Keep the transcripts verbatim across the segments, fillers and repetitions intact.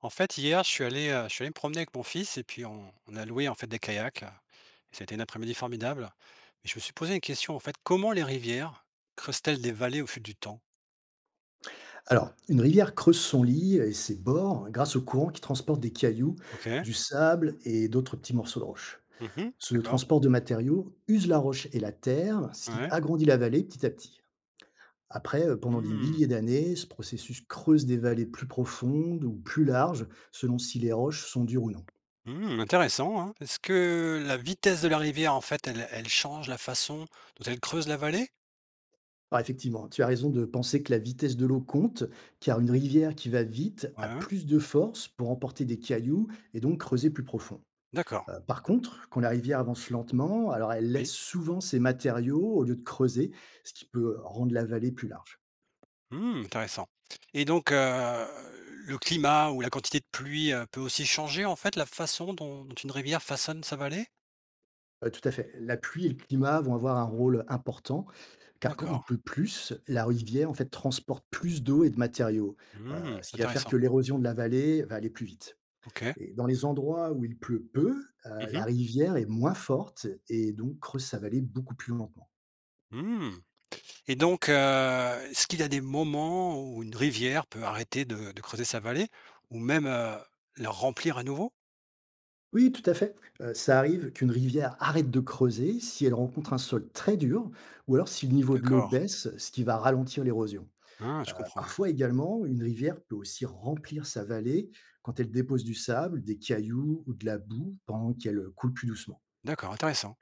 En fait, hier, je suis allé, heu, je suis allé me promener avec mon fils et puis on on a loué, en fait, des kayaks, heu et ça a été une après-midi formidable. Mais je me suis posé une question, en fait, comment les rivières creusent-elles des vallées au fil du temps? Alors, une rivière creuse son lit et ses bords grâce au courant qui transporte des cailloux, OK. du sable et d'autres petits morceaux de roche. Mmh. Ce D'accord. transport de matériaux use la roche et la terre, ce qui Ouais. agrandit la vallée petit à petit. Après, euh, pendant des Mmh. milliers d'années, ce processus creuse des vallées plus profondes ou plus larges, selon si les roches sont dures ou non. Mmh, intéressant, hein. Est-ce que la vitesse de la rivière, en fait, elle elle change la façon dont elle creuse la vallée? Alors effectivement, tu as raison de penser que la vitesse de l'eau compte, car une rivière qui va vite Ouais, a hein. plus de force pour emporter des cailloux et donc creuser plus profond. D'accord. Heu, par contre, quand la rivière avance lentement, alors elle Oui. laisse souvent ses matériaux au lieu de creuser, ce qui peut rendre la vallée plus large. Mmh, intéressant. Et donc, heu, le climat ou la quantité de pluie, heu, peut aussi changer, en fait, la façon dont dont une rivière façonne sa vallée? Heu, tout à fait. La pluie et le climat vont avoir un rôle important, car quand il D'accord. pleut plus, la rivière en fait transporte plus d'eau et de matériaux, heu, Mmh, ce qui va faire que intéressant. l'érosion de la vallée va aller plus vite OK. et dans les endroits où il pleut peu, heu, Mmh la mh. rivière est moins forte et donc creuse sa vallée beaucoup plus lentement. Mmh. Et donc, heu, est-ce qu'il y a des moments où une rivière peut arrêter de de creuser sa vallée ou même, heu, la remplir à nouveau? Oui, tout à fait. Euh, ça arrive qu'une rivière arrête de creuser si elle rencontre un sol très dur ou alors si le niveau de l'eau D'accord. baisse, ce qui va ralentir l'érosion. Ah, Euh, je comprends. Parfois également, une rivière peut aussi remplir sa vallée quand elle dépose du sable, des cailloux ou de la boue pendant qu'elle coule plus doucement. D'accord, intéressant.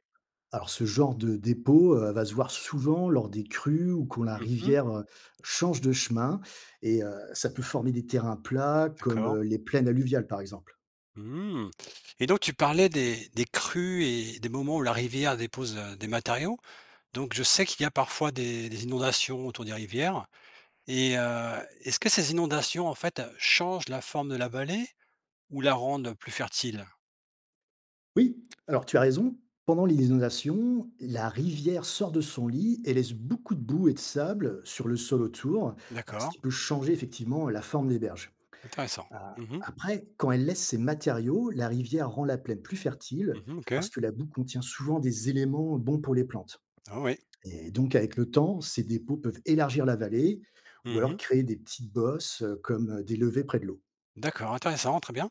Alors ce genre de dépôt, heu, va se voir souvent lors des crues ou quand la Mmh. rivière, heu, change de chemin et heu, ça peut former des terrains plats comme, heu, D'accord. les plaines alluviales, par exemple. Mmh. Et donc tu parlais des des crues et des moments où la rivière dépose, heu, des matériaux. Donc je sais qu'il y a parfois des des inondations autour des rivières. Et heu, est-ce que ces inondations, en fait, heu, changent la forme de la vallée Ou la rendent plus fertile? Oui, alors tu as raison. Pendant les inondations, la rivière sort de son lit et laisse beaucoup de boue et de sable sur le sol autour, heu, ce D'accord, qui peut changer effectivement la forme des berges. intéressant. A Mmh mh. après, quand elle laisse ses matériaux, la rivière rend la plaine plus fertile Mmh. OK. parce que la boue contient souvent des éléments bons pour les plantes. Ah, oui. Et donc, avec le temps, ces dépôts peuvent élargir la vallée ou alors Mmh. créer des petites bosses euh, comme euh, des levées près de l'eau. D'accord, intéressant, très bien.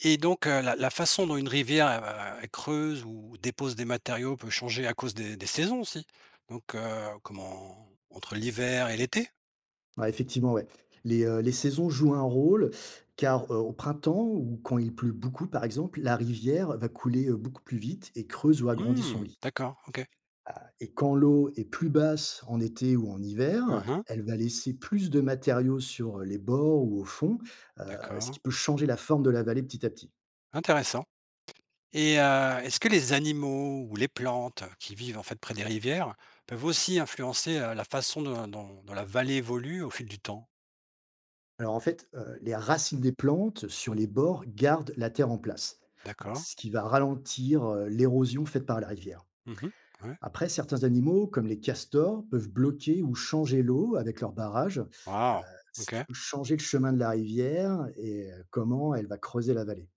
Et donc, heu, la la façon dont une rivière, elle elle creuse ou dépose des matériaux peut changer à cause des des saisons aussi. Donc, heu, comment entre l'hiver et l'été? Ouais, effectivement, ouais. Les, euh, les saisons jouent un rôle car euh, au printemps ou quand il pleut beaucoup, par exemple, la rivière va couler euh, beaucoup plus vite et creuse ou agrandit son Mmh, lit. d'accord, OK. Et quand l'eau est plus basse en été ou en Hein hiver, hein, elle va laisser plus de matériaux sur euh, les bords ou au fond, heu, ce d'accord, qui peut changer la forme de la vallée petit à petit. intéressant. Et heu, est-ce que les animaux ou les plantes qui vivent, en fait, près des rivières peuvent aussi influencer, heu, la façon de dont dont la vallée évolue au fil du temps? Alors en fait, heu, les racines des plantes sur les bords gardent la terre en place, hein, D'accord. ce qui va ralentir, heu, l'érosion faite par la rivière. Mmh. Ouais. Après, certains animaux, comme les castors, peuvent bloquer ou changer l'eau avec leurs barrages, Waouh! ce qui OK. peut changer le chemin de la rivière et heu, comment elle va creuser la vallée.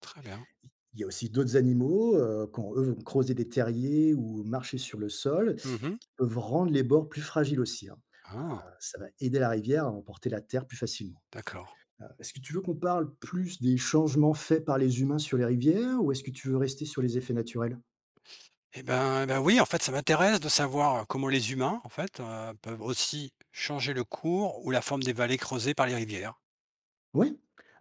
Très bien. Il y a aussi d'autres animaux, heu, quand eux vont creuser des terriers ou marcher sur le sol, Mmh. peuvent rendre les bords plus fragiles aussi, hein. Ah, Heu, ça va aider la rivière à emporter la terre plus facilement. d'accord. Heu, est-ce que tu veux qu'on parle plus des changements faits par les humains sur les rivières ou est-ce que tu veux rester sur les effets naturels? Eh ben eh ben, oui, en fait, ça m'intéresse de savoir comment les humains, en fait, heu, peuvent aussi changer le cours ou la forme des vallées creusées par les rivières. Ouais.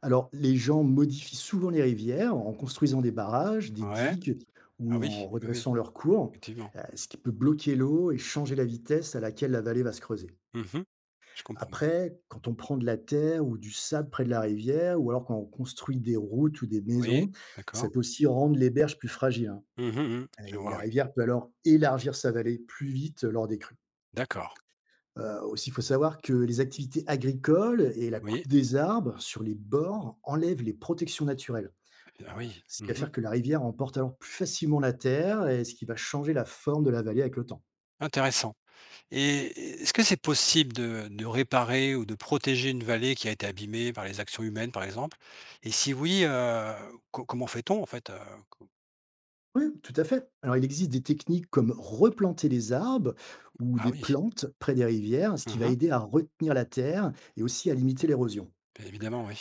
Alors les gens modifient souvent les rivières en construisant des barrages, des Ouais. digues Ah ou oui, en oui, oui, redressant leurs cours, effectivement. heu, ce qui peut bloquer l'eau et changer la vitesse à laquelle la vallée va se creuser. Mmh. Je comprends. Après, quand on prend de la terre ou du sable près de la rivière, ou alors quand on construit des routes ou des Oui, maisons, ça d'accord. peut aussi rendre les berges plus fragiles, hein. Mmh mh, mmh. Je Et vois, la oui. rivière peut alors élargir sa vallée plus vite lors des crues. D'accord. Euh, aussi, il faut savoir que les activités agricoles et la Oui. coupe des arbres sur les bords enlèvent les protections naturelles. Ah, Euh, oui. Ce qui va Mmh. faire que la rivière emporte alors plus facilement la terre, et ce qui va changer la forme de la vallée avec le temps. Intéressant. Et est-ce que c'est possible de de réparer ou de protéger une vallée qui a été abîmée par les actions humaines, par exemple? Et si oui, heu, co comment fait-on, en fait, heu? Co Oui, tout à fait. Alors, il existe des techniques comme replanter les arbres ou ah des oui. plantes près des rivières, ce qui va Mmh. aider à retenir la terre et aussi à limiter l'érosion. Bien évidemment, oui.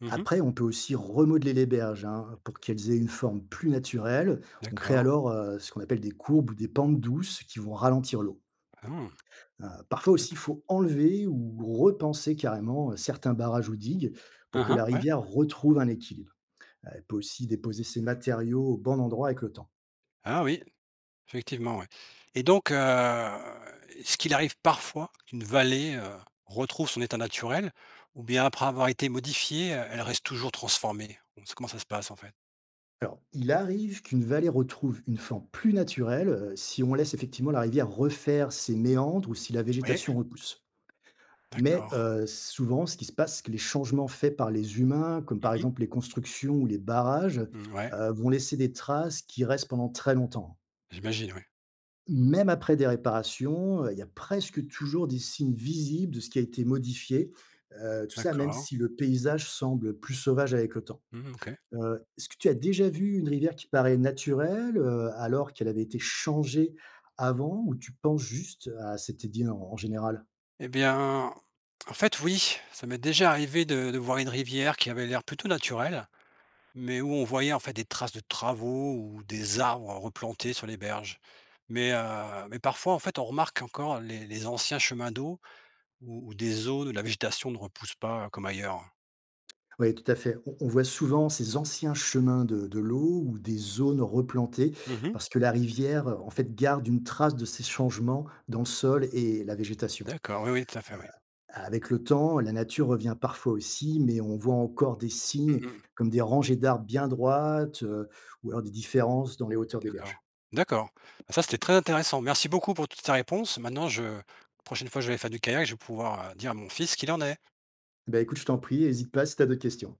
Mmh. Après, on peut aussi remodeler les berges hein, pour qu'elles aient une forme plus naturelle. On crée D'accord. alors euh, ce qu'on appelle des courbes ou des pentes douces qui vont ralentir l'eau. Mmh, Euh, parfois aussi, il d'accord. faut enlever ou repenser carrément euh, certains barrages ou digues Mmh pour que mh, la ouais. rivière retrouve un équilibre. Elle peut aussi déposer ses matériaux au bon endroit avec le temps. Ah, oui, effectivement, ouais. Et donc, heu, est-ce qu'il arrive parfois qu'une vallée, heu, retrouve son état naturel, ou bien après avoir été modifiée, heu, elle reste toujours transformée? On sait comment ça se passe, en fait? Alors, il arrive qu'une vallée retrouve une forme plus naturelle euh, si on laisse effectivement la rivière refaire ses méandres ou si la Oui, végétation repousse. Mais d'accord. euh, souvent, ce qui se passe, c'est que les changements faits par les humains, comme Mmh par mh. exemple les constructions ou les barrages, Mmh, ouais. euh, vont laisser des traces qui restent pendant très longtemps. J'imagine, oui. Même après des réparations, euh, il y a presque toujours des signes visibles de ce qui a été modifié. Euh, tout ça, même D'accord. si le paysage semble plus sauvage avec le temps. Mmh, OK. Heu, est-ce que tu as déjà vu une rivière qui paraît naturelle, heu, alors qu'elle avait été changée avant ou tu penses juste à cet édit en en général? Eh bien, en fait, oui, ça m'est déjà arrivé de de voir une rivière qui avait l'air plutôt naturelle, mais où on voyait, en fait, des traces de travaux ou des arbres replantés sur les berges. Mais heu, mais parfois, en fait, on remarque encore les les anciens chemins d'eau ou ou des zones où la végétation ne repousse pas euh, comme ailleurs. Oui, tout à fait. On on voit souvent ces anciens chemins de de l'eau ou des zones replantées Mmh. parce que la rivière, heu, en fait, garde une trace de ces changements dans le sol et la végétation. D'accord, oui, oui, tout à fait, oui. Avec le temps, la nature revient parfois aussi, mais on voit encore des signes Mmh mh. comme des rangées d'arbres bien droites, heu, ou alors des différences dans les hauteurs des D'accord. berges. D'accord. Bah, ça, c'était très intéressant. Merci beaucoup pour toutes ces réponses. Maintenant, je prochaine fois que je vais faire du kayak, je vais pouvoir, heu, dire à mon fils ce qu'il en est. Bah, écoute, je t'en prie, hésite pas si tu as d'autres questions.